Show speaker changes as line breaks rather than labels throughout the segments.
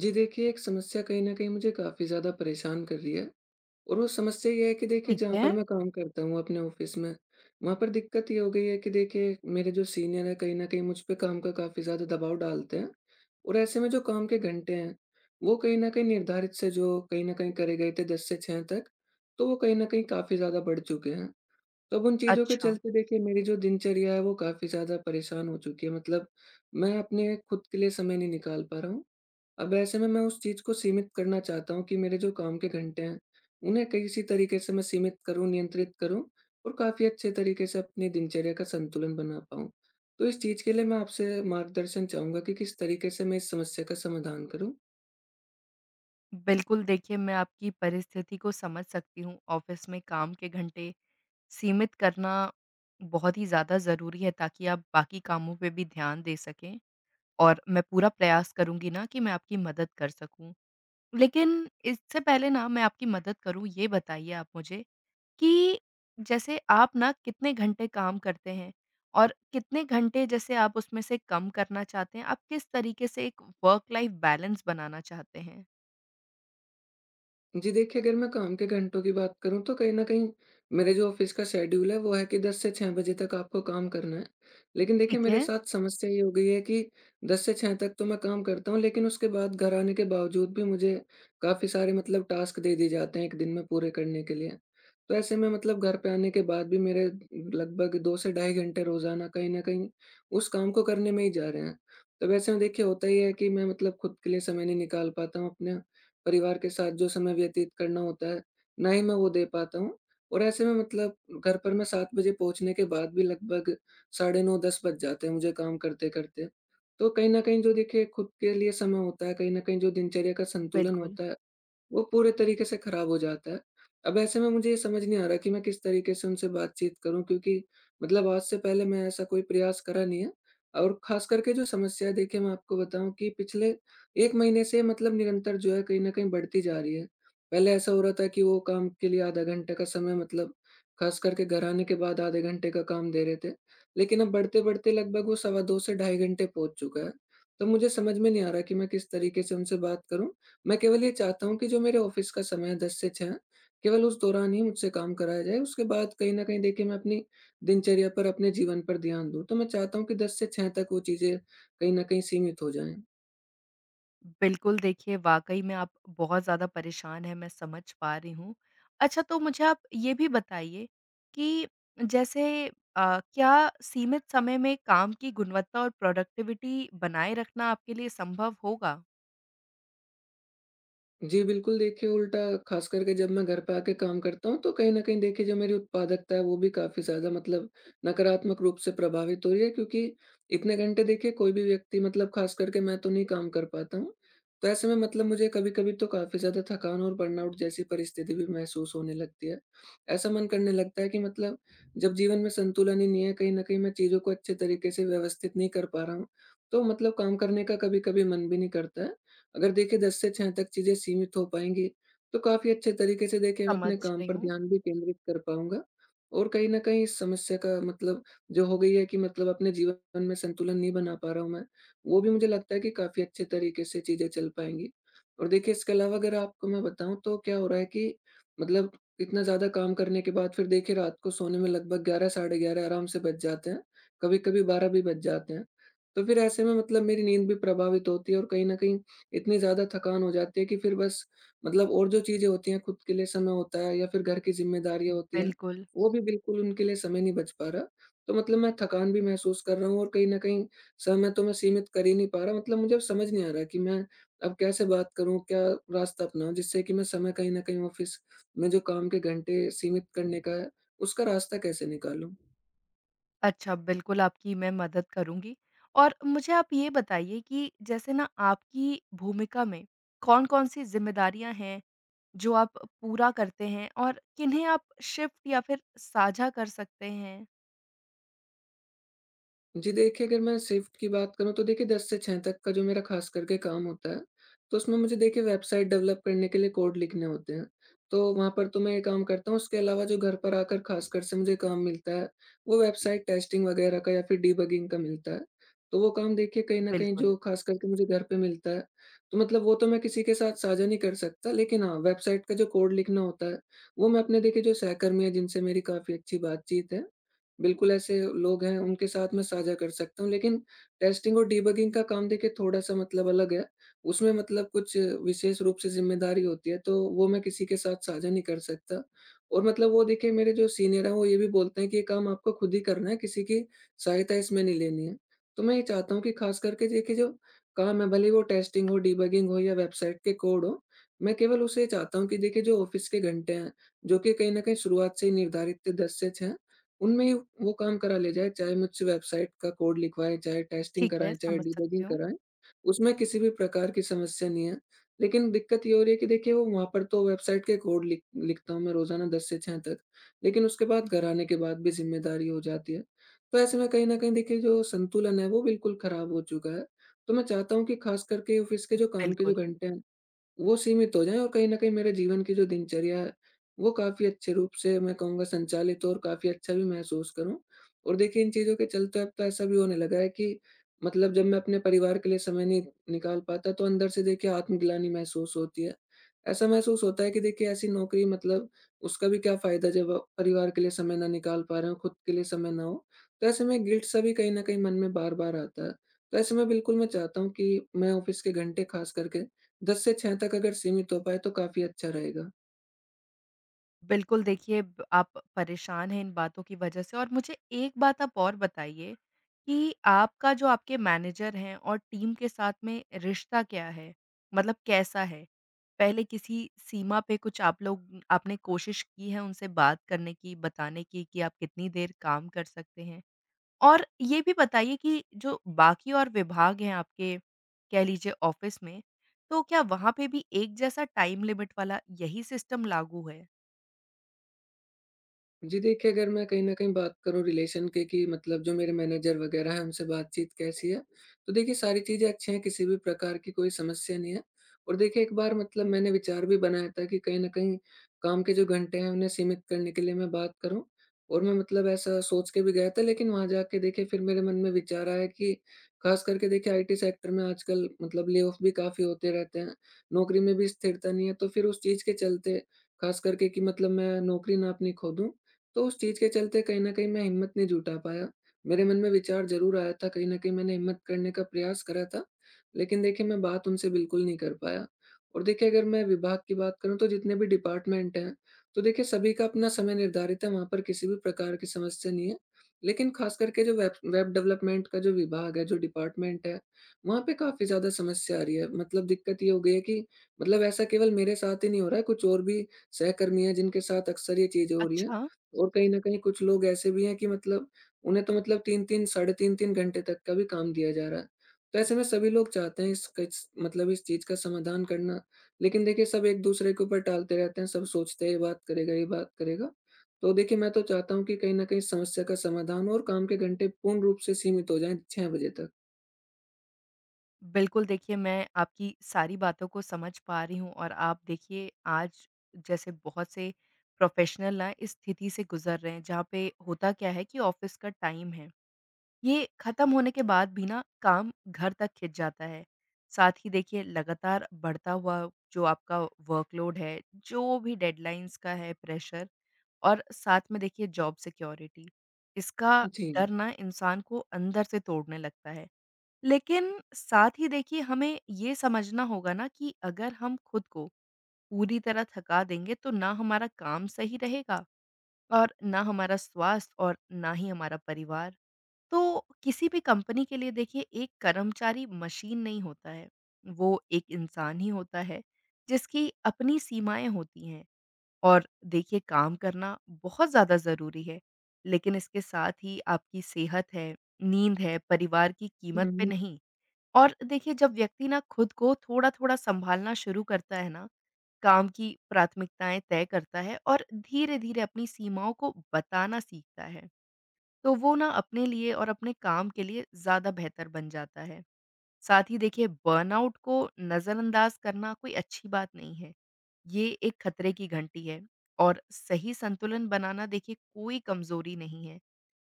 जी, देखिए, एक समस्या कहीं न कहीं मुझे काफ़ी ज़्यादा परेशान कर रही है। और वो समस्या ये है कि देखिए,
ठीक
जहाँ
है।
पर मैं काम करता हूँ अपने ऑफ़िस में, वहाँ पर दिक्कत ये हो गई है कि देखिए, मेरे जो सीनियर हैं कहीं न कहीं मुझ पे काम का काफ़ी ज़्यादा दबाव डालते हैं। और ऐसे में जो काम के घंटे हैं, वो कहीं न कहीं निर्धारित से जो कहीं न कहीं करे गए थे 10 से 6 तक, तो वो कहीं न कहीं काफ़ी ज़्यादा बढ़ चुके हैं। तो अब उन चीज़ों के
अच्छा।
चलते देखिए, मेरी जो दिनचर्या है वो काफ़ी ज़्यादा परेशान हो चुकी है। मतलब मैं अपने खुद के लिए समय नहीं निकाल पा रहा हूँ। अब ऐसे में मैं उस चीज़ को सीमित करना चाहता हूँ कि मेरे जो काम के घंटे हैं, उन्हें किसी तरीके से मैं सीमित करूँ, नियंत्रित करूँ और काफ़ी अच्छे तरीके से अपनी दिनचर्या का संतुलन बना पाऊँ। तो इस चीज़ के लिए मैं आपसे मार्गदर्शन चाहूँगा कि किस तरीके से मैं इस समस्या का समाधान करूँ?
बिल्कुल, देखिए मैं आपकी परिस्थिति को समझ सकती हूँ। ऑफ़िस में काम के घंटे सीमित करना बहुत ही ज़्यादा ज़रूरी है ताकि आप बाकी कामों पे भी ध्यान दे सकें और मैं पूरा प्रयास करूँगी ना कि मैं आपकी मदद कर सकूँ। लेकिन इससे पहले ना मैं आपकी मदद करूँ, ये बताइए आप मुझे कि जैसे आप ना कितने घंटे काम करते हैं? और कितने घंटे जैसे आप उसमें से कम करना चाहते हैं? आप किस तरीके से एक वर्क लाइफ़ बैलेंस बनाना चाहते हैं?
जी, देखिए, अगर मैं काम के घंटों की बात करूँ तो कहीं न कहीं मेरे जो ऑफ़िस का शेड्यूल है वो है कि 10 से 6 बजे तक आपको काम करना है। लेकिन देखिए,
ठीक
मेरे
है,
साथ समस्या ये हो गई है कि 10 से 6 तक तो मैं काम करता हूँ, लेकिन उसके बाद घर आने के बावजूद भी मुझे काफ़ी सारे मतलब टास्क दे दिए जाते हैं 1 दिन में पूरे करने के लिए। तो ऐसे में मतलब घर पे आने के बाद भी मेरे लगभग 2 से ढाई घंटे रोज़ाना कहीं न कहीं उस काम को करने में ही जा रहे हैं। तो वैसे में देखिए होता ही है कि मैं मतलब खुद के लिए समय नहीं निकाल पाता हूँ अपने। परिवार के साथ जो समय व्यतीत करना होता है, ना ही मैं वो दे पाता हूँ। और ऐसे में मतलब घर पर मैं 7 बजे पहुँचने के बाद भी लगभग साढ़े 9 10 बज जाते हैं मुझे काम करते-करते। तो कहीं न कहीं जो देखिए खुद के लिए समय होता है, कहीं न कहीं जो दिनचर्या का संतुलन
बिल्कुल।
होता है, वो पूरे तरीके से खराब हो जाता है। अब ऐसे में मुझे ये समझ नहीं आ रहा कि मैं किस तरीके से उनसे बातचीत करूँ, क्योंकि मतलब आज से पहले मैं ऐसा कोई प्रयास करा नहीं है। और ख़ास करके जो समस्या है देखिए, मैं आपको बताऊँ कि पिछले 1 महीने से मतलब निरंतर जो है कहीं न कहीं बढ़ती जा रही है। पहले ऐसा हो रहा था कि वो काम के लिए आधा घंटे का समय मतलब ख़ास करके घर आने के बाद आधे घंटे का काम दे रहे थे। लेकिन अब बढ़ते-बढ़ते लगभग वो सवा 2 से ढाई घंटे पहुँच चुका है। तो मुझे समझ में नहीं आ रहा कि मैं किस तरीके से उनसे बात करूँ। मैं केवल ये चाहता हूँ कि जो मेरे ऑफ़िस का समय है 10 से 6, केवल उस दौरान ही मुझसे काम कराया जाए। उसके बाद कहीं न कहीं देखिए मैं अपनी दिनचर्या पर, अपने जीवन पर ध्यान दूँ। तो मैं चाहता हूँ कि 10 से 6 तक वो चीज़ें कहीं न कहीं सीमित हो जाएँ।
बिल्कुल, देखिए वाक़ई में आप बहुत ज़्यादा परेशान हैं, मैं समझ पा रही हूँ। अच्छा, तो मुझे आप ये भी बताइए कि जैसे क्या सीमित समय में काम की गुणवत्ता और प्रोडक्टिविटी बनाए रखना आपके लिए संभव होगा?
जी, बिल्कुल, देखिए उल्टा ख़ास करके जब मैं घर पे आके काम करता हूँ, तो कहीं न कहीं देखिए जो मेरी उत्पादकता है वो भी काफ़ी ज़्यादा मतलब नकारात्मक रूप से प्रभावित हो रही है, क्योंकि इतने घंटे देखिए कोई भी व्यक्ति मतलब ख़ास करके मैं तो नहीं काम कर पाता हूँ। तो ऐसे में मतलब मुझे कभी-कभी तो काफ़ी ज़्यादा थकान और बर्नआउट जैसी परिस्थिति भी महसूस होने लगती है। ऐसा मन करने लगता है कि मतलब जब जीवन में संतुलन ही नहीं है, कहीं न कहीं मैं चीज़ों को अच्छे तरीके से व्यवस्थित नहीं कर पा रहा हूँ, तो मतलब काम करने का कभी-कभी मन भी नहीं करता है। अगर देखिए 10 से 6 तक चीज़ें सीमित हो पाएँगी, तो काफ़ी अच्छे तरीके से देखिए मैं
समझ
अपने काम
रही
पर
हूँ।
ध्यान भी केंद्रित कर पाऊँगा। और कहीं न कहीं इस समस्या का मतलब जो हो गई है कि मतलब अपने जीवन में संतुलन नहीं बना पा रहा हूँ मैं, वो भी मुझे लगता है कि काफ़ी अच्छे तरीके से चीज़ें चल पाएँगी। और देखिए इसके अलावा अगर आपको मैं बताऊँ तो क्या हो रहा है कि मतलब इतना ज़्यादा काम करने के बाद फिर देखिए रात को सोने में लगभग 11 साढ़े 11 आराम से बज जाते हैं, कभी-कभी 12 भी बज जाते हैं। तो फिर ऐसे में मतलब मेरी नींद भी प्रभावित होती है और कहीं न कहीं इतनी ज़्यादा थकान हो जाती है कि फिर बस मतलब और जो चीज़ें होती हैं खुद के लिए समय होता है या फिर घर की ज़िम्मेदारियाँ होती हैं,
बिल्कुल।
वो भी बिल्कुल उनके लिए समय नहीं बच पा रहा। तो मतलब मैं थकान भी महसूस कर रहा हूँ और कहीं न कहीं समय तो मैं सीमित कर ही नहीं पा रहा। मतलब मुझे अब समझ नहीं आ रहा कि मैं अब कैसे बात करूँ, क्या रास्ता अपनाऊँ जिससे कि मैं समय कहीं न कहीं ऑफ़िस में जो काम के घंटे सीमित करने का है, उसका रास्ता कैसे निकालूँ?
अच्छा, बिल्कुल आपकी मैं मदद करूँगी और मुझे आप ये बताइए कि जैसे ना आपकी भूमिका में कौन-कौन सी ज़िम्मेदारियाँ हैं? जो आप पूरा करते हैं और किन्हें आप शिफ्ट या फिर साझा कर सकते हैं?
जी, देखिए, अगर मैं शिफ्ट की बात करूँ तो देखिए 10 से 6 तक का जो मेरा खास करके काम होता है, तो उसमें मुझे देखिए वेबसाइट डेवलप करने के लिए कोड लिखने होते हैं। तो वहाँ पर तो मैं ये काम करता हूँ, उसके अलावा जो घर पर आकर खासकर से मुझे काम मिलता है, वो वेबसाइट टेस्टिंग वगैरह का या फिर डिबगिंग का मिलता है। तो वो काम देखिए कहीं न कहीं
बिल्कुल,
जो खास करके मुझे घर पे मिलता है, तो मतलब वो तो मैं किसी के साथ साझा नहीं कर सकता। लेकिन हाँ, वेबसाइट का जो कोड लिखना होता है, वो मैं अपने देखिए जो सहकर्मी हैं जिनसे मेरी काफ़ी अच्छी बातचीत है, बिल्कुल, ऐसे लोग हैं, उनके साथ मैं साझा कर सकता हूँ। लेकिन टेस्टिंग और डिबगिंग का काम देखिए थोड़ा-सा मतलब अलग है। उसमें मतलब कुछ विशेष रूप से ज़िम्मेदारी होती है, तो वो मैं किसी के साथ साझा नहीं कर सकता। और मतलब वो देखिए मेरे जो सीनियर हैं वो ये भी बोलते हैं कि ये काम आपको खुद ही करना है, किसी की सहायता इसमें नहीं लेनी है। तो मैं ये चाहता हूँ कि ख़ास करके देखिए जो काम है, भले ही वो टेस्टिंग हो, डिबगिंग हो या वेबसाइट के कोड हो, मैं केवल उसे चाहता हूँ कि देखिए जो ऑफ़िस के घंटे हैं, जो कि कहीं न कहीं शुरुआत से ही निर्धारित थे 10 से 6, उनमें वो काम करा ले जाए, चाहे मुझसे वेबसाइट का कोड लिखवाएँ, चाहे टेस्टिंग
ठीक है,
कराएँ, चाहे
समझ
डिबगिंग
सकती हूँ।
कराएँ, उसमें किसी भी प्रकार की समस्या नहीं है। लेकिन दिक्कत ये हो रही है कि देखिए वो वहाँ पर तो वेबसाइट के कोड लिखता हूँ मैं रोज़ाना 10 से 6 तक, लेकिन उसके बाद घर आने के बाद भी ज़िम्मेदारी हो जाती है। तो ऐसे में कहीं न कहीं देखिए जो संतुलन है वो बिल्कुल ख़राब हो चुका है। तो मैं चाहता हूँ कि ख़ास करके ऑफ़िस के जो काम के जो
बिल्कुल।
घंटे हैं वो सीमित हो जाएँ और कहीं न कहीं मेरे जीवन की जो दिनचर्या है, वो काफ़ी अच्छे रूप से मैं कहूँगा संचालित हो और काफ़ी अच्छा भी महसूस करूँ। और देखिए इन चीज़ों के चलते अब तो ऐसा भी होने लगा है कि मतलब जब मैं अपने परिवार के लिए समय नहीं निकाल पाता तो अंदर से देखिए आत्मग्लानि महसूस होती है। ऐसा महसूस होता है कि देखिए ऐसी नौकरी मतलब उसका भी क्या फ़ायदा जब आप परिवार के लिए समय ना निकाल पा रहे हो, खुद के लिए समय ना हो। तो ऐसे में गिल्ट सा भी कहीं न कहीं मन में बार-बार आता है। तो ऐसे में बिल्कुल मैं चाहता हूँ कि मैं ऑफ़िस के घंटे ख़ास करके 10 से 6 तक अगर सीमित हो पाए तो काफ़ी अच्छा रहेगा।
बिल्कुल, देखिए ब आप परेशान हैं इन बातों की वजह से, और मुझे एक बात आप और बताइए कि आपका जो आपके मैनेजर हैं और टीम के साथ में रिश्ता क्या है? मतलब कैसा है? पहले किसी सीमा पे कुछ आप लोग आपने कोशिश की है उनसे बात करने की, बताने की कि आप कितनी देर काम कर सकते हैं? और ये भी बताइए कि जो बाकी और विभाग हैं आपके, कह लीजिए ऑफिस में, तो क्या वहाँ पे भी एक जैसा टाइम लिमिट वाला यही सिस्टम लागू है?
जी, देखिए, अगर मैं कहीं न कहीं बात करूँ रिलेशन के कि मतलब जो मेरे मैनेजर वग़ैरह हैं उनसे बातचीत कैसी है, तो देखिए सारी चीज़ें अच्छी हैं, किसी भी प्रकार की कोई समस्या नहीं है। और देखिए एक बार मतलब मैंने विचार भी बनाया था कि कहीं न कहीं काम के जो घंटे हैं उन्हें सीमित करने के लिए मैं बात करूँ और मैं मतलब ऐसा सोच के भी गया था, लेकिन वहाँ जाके देखिए फिर मेरे मन में विचार आया कि ख़ास करके देखिए आईटी सेक्टर में आजकल मतलब ले ऑफ भी काफ़ी होते रहते हैं, नौकरी में भी स्थिरता नहीं है। तो फिर उस चीज़ के चलते ख़ास करके कि मतलब मैं नौकरी ना अपनी खो दूँ, तो उस चीज़ के चलते कहीं न कहीं मैं हिम्मत नहीं जुटा पाया। मेरे मन में विचार ज़रूर आया था, कहीं न कहीं मैंने हिम्मत करने का प्रयास करा था, लेकिन देखिए मैं बात उनसे बिल्कुल नहीं कर पाया। और देखिए अगर मैं विभाग की बात करूँ तो जितने भी डिपार्टमेंट हैं, तो देखिए सभी का अपना समय निर्धारित है, वहाँ पर किसी भी प्रकार की समस्या नहीं है। लेकिन ख़ास करके जो वेब वेब डेवलपमेंट का जो विभाग है, जो डिपार्टमेंट है, वहाँ पे काफ़ी ज़्यादा समस्या आ रही है। मतलब दिक्कत ये हो गई है कि मतलब ऐसा केवल मेरे साथ ही नहीं हो रहा है, कुछ और भी सहकर्मी हैं जिनके साथ अक्सर ये चीज़ें हो रही हैं।
अच्छा।
और कहीं न कहीं कुछ लोग ऐसे भी हैं कि मतलब उन्हें तो मतलब 3-3 साढ़े 3-3 घंटे तक का भी काम दिया जा रहा है। तो ऐसे में सभी लोग चाहते हैं इस किस मतलब इस चीज़ का समाधान करना। लेकिन देखिए सब एक-दूसरे के ऊपर टालते रहते हैं, सब सोचते हैं ये बात करेगा, ये बात करेगा। तो देखिए मैं तो चाहता हूँ कि कहीं न कहीं समस्या का समाधान हो और काम के घंटे पूर्ण रूप से सीमित हो जाएँ 6 बजे तक।
बिल्कुल, देखिए मैं आपकी सारी बातों को समझ पा रही हूँ। और आप देखिए, आज जैसे बहुत से प्रोफ़ेशनल ना इस स्थिति से गुज़र रहे हैं, जहाँ पे होता क्या है कि ऑफिस का टाइम है। ये खत्म होने के बाद भी ना काम घर तक खिंच जाता है। साथ ही देखिए लगातार बढ़ता हुआ जो आपका वर्कलोड है, जो भी डेडलाइंस का है प्रेशर, और साथ में देखिए जॉब सिक्योरिटी, इसका
जी।
डर ना इंसान को अंदर से तोड़ने लगता है। लेकिन साथ ही देखिए, हमें ये समझना होगा ना कि अगर हम खुद को पूरी तरह थका देंगे, तो ना हमारा काम सही रहेगा और ना हमारा स्वास्थ्य और ना ही हमारा परिवार। तो किसी भी कंपनी के लिए देखिए, एक कर्मचारी मशीन नहीं होता है। वो एक इंसान ही होता है, जिसकी अपनी सीमाएँ होती हैं। और देखिए, काम करना बहुत ज़्यादा ज़रूरी है। लेकिन इसके साथ ही आपकी सेहत है, नींद है, परिवार की
हुँ,
कीमत पे
हुँ।
नहीं। और देखिए, जब व्यक्ति ना खुद को थोड़ा-थोड़ा सँभालना शुरू करता है ना, काम की प्राथमिकताएँ तय करता है और धीरे-धीरे अपनी सीमाओं को बताना सीखता है, तो वो ना अपने लिए और अपने काम के लिए ज़्यादा बेहतर बन जाता है। साथ ही देखिए, बर्नआउट को नज़रअंदाज करना कोई अच्छी बात नहीं है। ये एक खतरे की घंटी है, और सही संतुलन बनाना देखिए कोई कमज़ोरी नहीं है,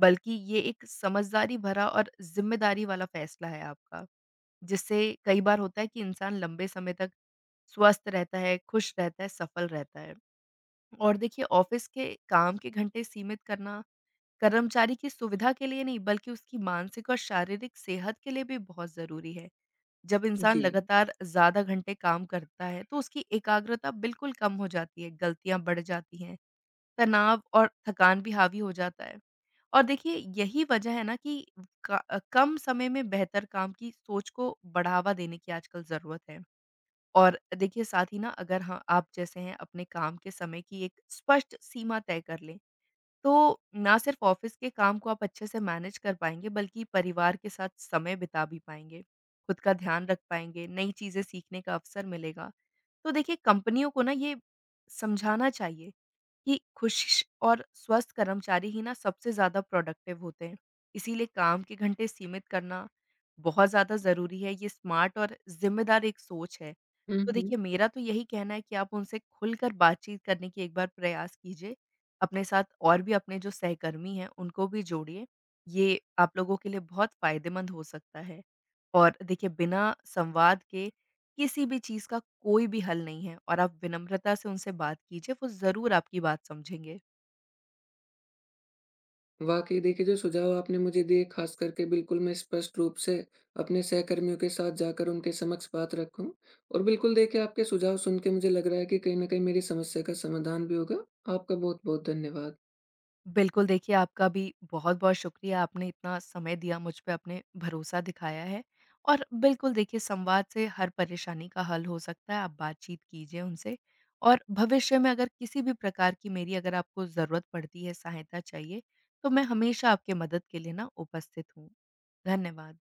बल्कि ये एक समझदारी भरा और ज़िम्मेदारी वाला फ़ैसला है आपका, जिससे कई बार होता है कि इंसान लंबे समय तक स्वस्थ रहता है, खुश रहता है, सफल रहता है। और देखिए, ऑफ़िस के काम के घंटे सीमित करना कर्मचारी की सुविधा के लिए नहीं, बल्कि उसकी मानसिक और शारीरिक सेहत के लिए भी बहुत ज़रूरी है। जब इंसान
जी।
लगातार ज़्यादा घंटे काम करता है, तो उसकी एकाग्रता बिल्कुल कम हो जाती है, गलतियाँ बढ़ जाती हैं, तनाव और थकान भी हावी हो जाता है। और देखिए, यही वजह है ना कि कम समय में बेहतर काम की सोच को बढ़ावा देने की आजकल ज़रूरत है। और देखिए, साथ ही ना अगर, हाँ, आप जैसे हैं अपने काम के समय की एक स्पष्ट सीमा तय कर लें, तो ना सिर्फ ऑफिस के काम को आप अच्छे से मैनेज कर पाएँगे, बल्कि परिवार के साथ समय बिता भी पाएँगे, खुद का ध्यान रख पाएँगे, नई चीज़ें सीखने का अवसर मिलेगा। तो देखिए, कंपनियों को ना ये समझाना चाहिए कि खुश और स्वस्थ कर्मचारी ही ना सबसे ज़्यादा प्रोडक्टिव होते हैं। इसीलिए काम के घंटे सीमित करना बहुत ज़्यादा ज़रूरी है। ये स्मार्ट और ज़िम्मेदार एक सोच है।
हुँ,
तो
हुँ।
देखिए, मेरा तो यही कहना है कि आप उनसे खुलकर बातचीत करने की एक बार प्रयास कीजिए। अपने साथ और भी अपने जो सहकर्मी हैं उनको भी जोड़िए। ये आप लोगों के लिए बहुत फ़ायदेमंद हो सकता है। और देखिए, बिना संवाद के किसी भी चीज़ का कोई भी हल नहीं है, और आप विनम्रता से उनसे बात कीजिए, वो ज़रूर आपकी बात समझेंगे।
वाकई देखिए जो सुझाव आपने मुझे दिए खास करके बिल्कुल मैं स्पष्ट रूप से अपने सहकर्मियों के साथ जाकर उनके समक्ष बात रखूं और बिल्कुल देखिए आपके सुझाव सुन के मुझे लग रहा है कि कहीं ना कहीं मेरी समस्या का समाधान भी होगा। आपका बहुत बहुत धन्यवाद।
बिल्कुल, देखिए आपका भी बहुत-बहुत शुक्रिया, आपने इतना समय दिया मुझ पे, आपने भरोसा दिखाया है। और बिल्कुल देखिए, संवाद से हर परेशानी का हल हो सकता है, आप बातचीत कीजिए उनसे। और भविष्य में अगर किसी भी प्रकार की मेरी, अगर आपको ज़रूरत पड़ती है, सहायता चाहिए, तो मैं हमेशा आपके मदद के लिए ना उपस्थित हूँ। धन्यवाद।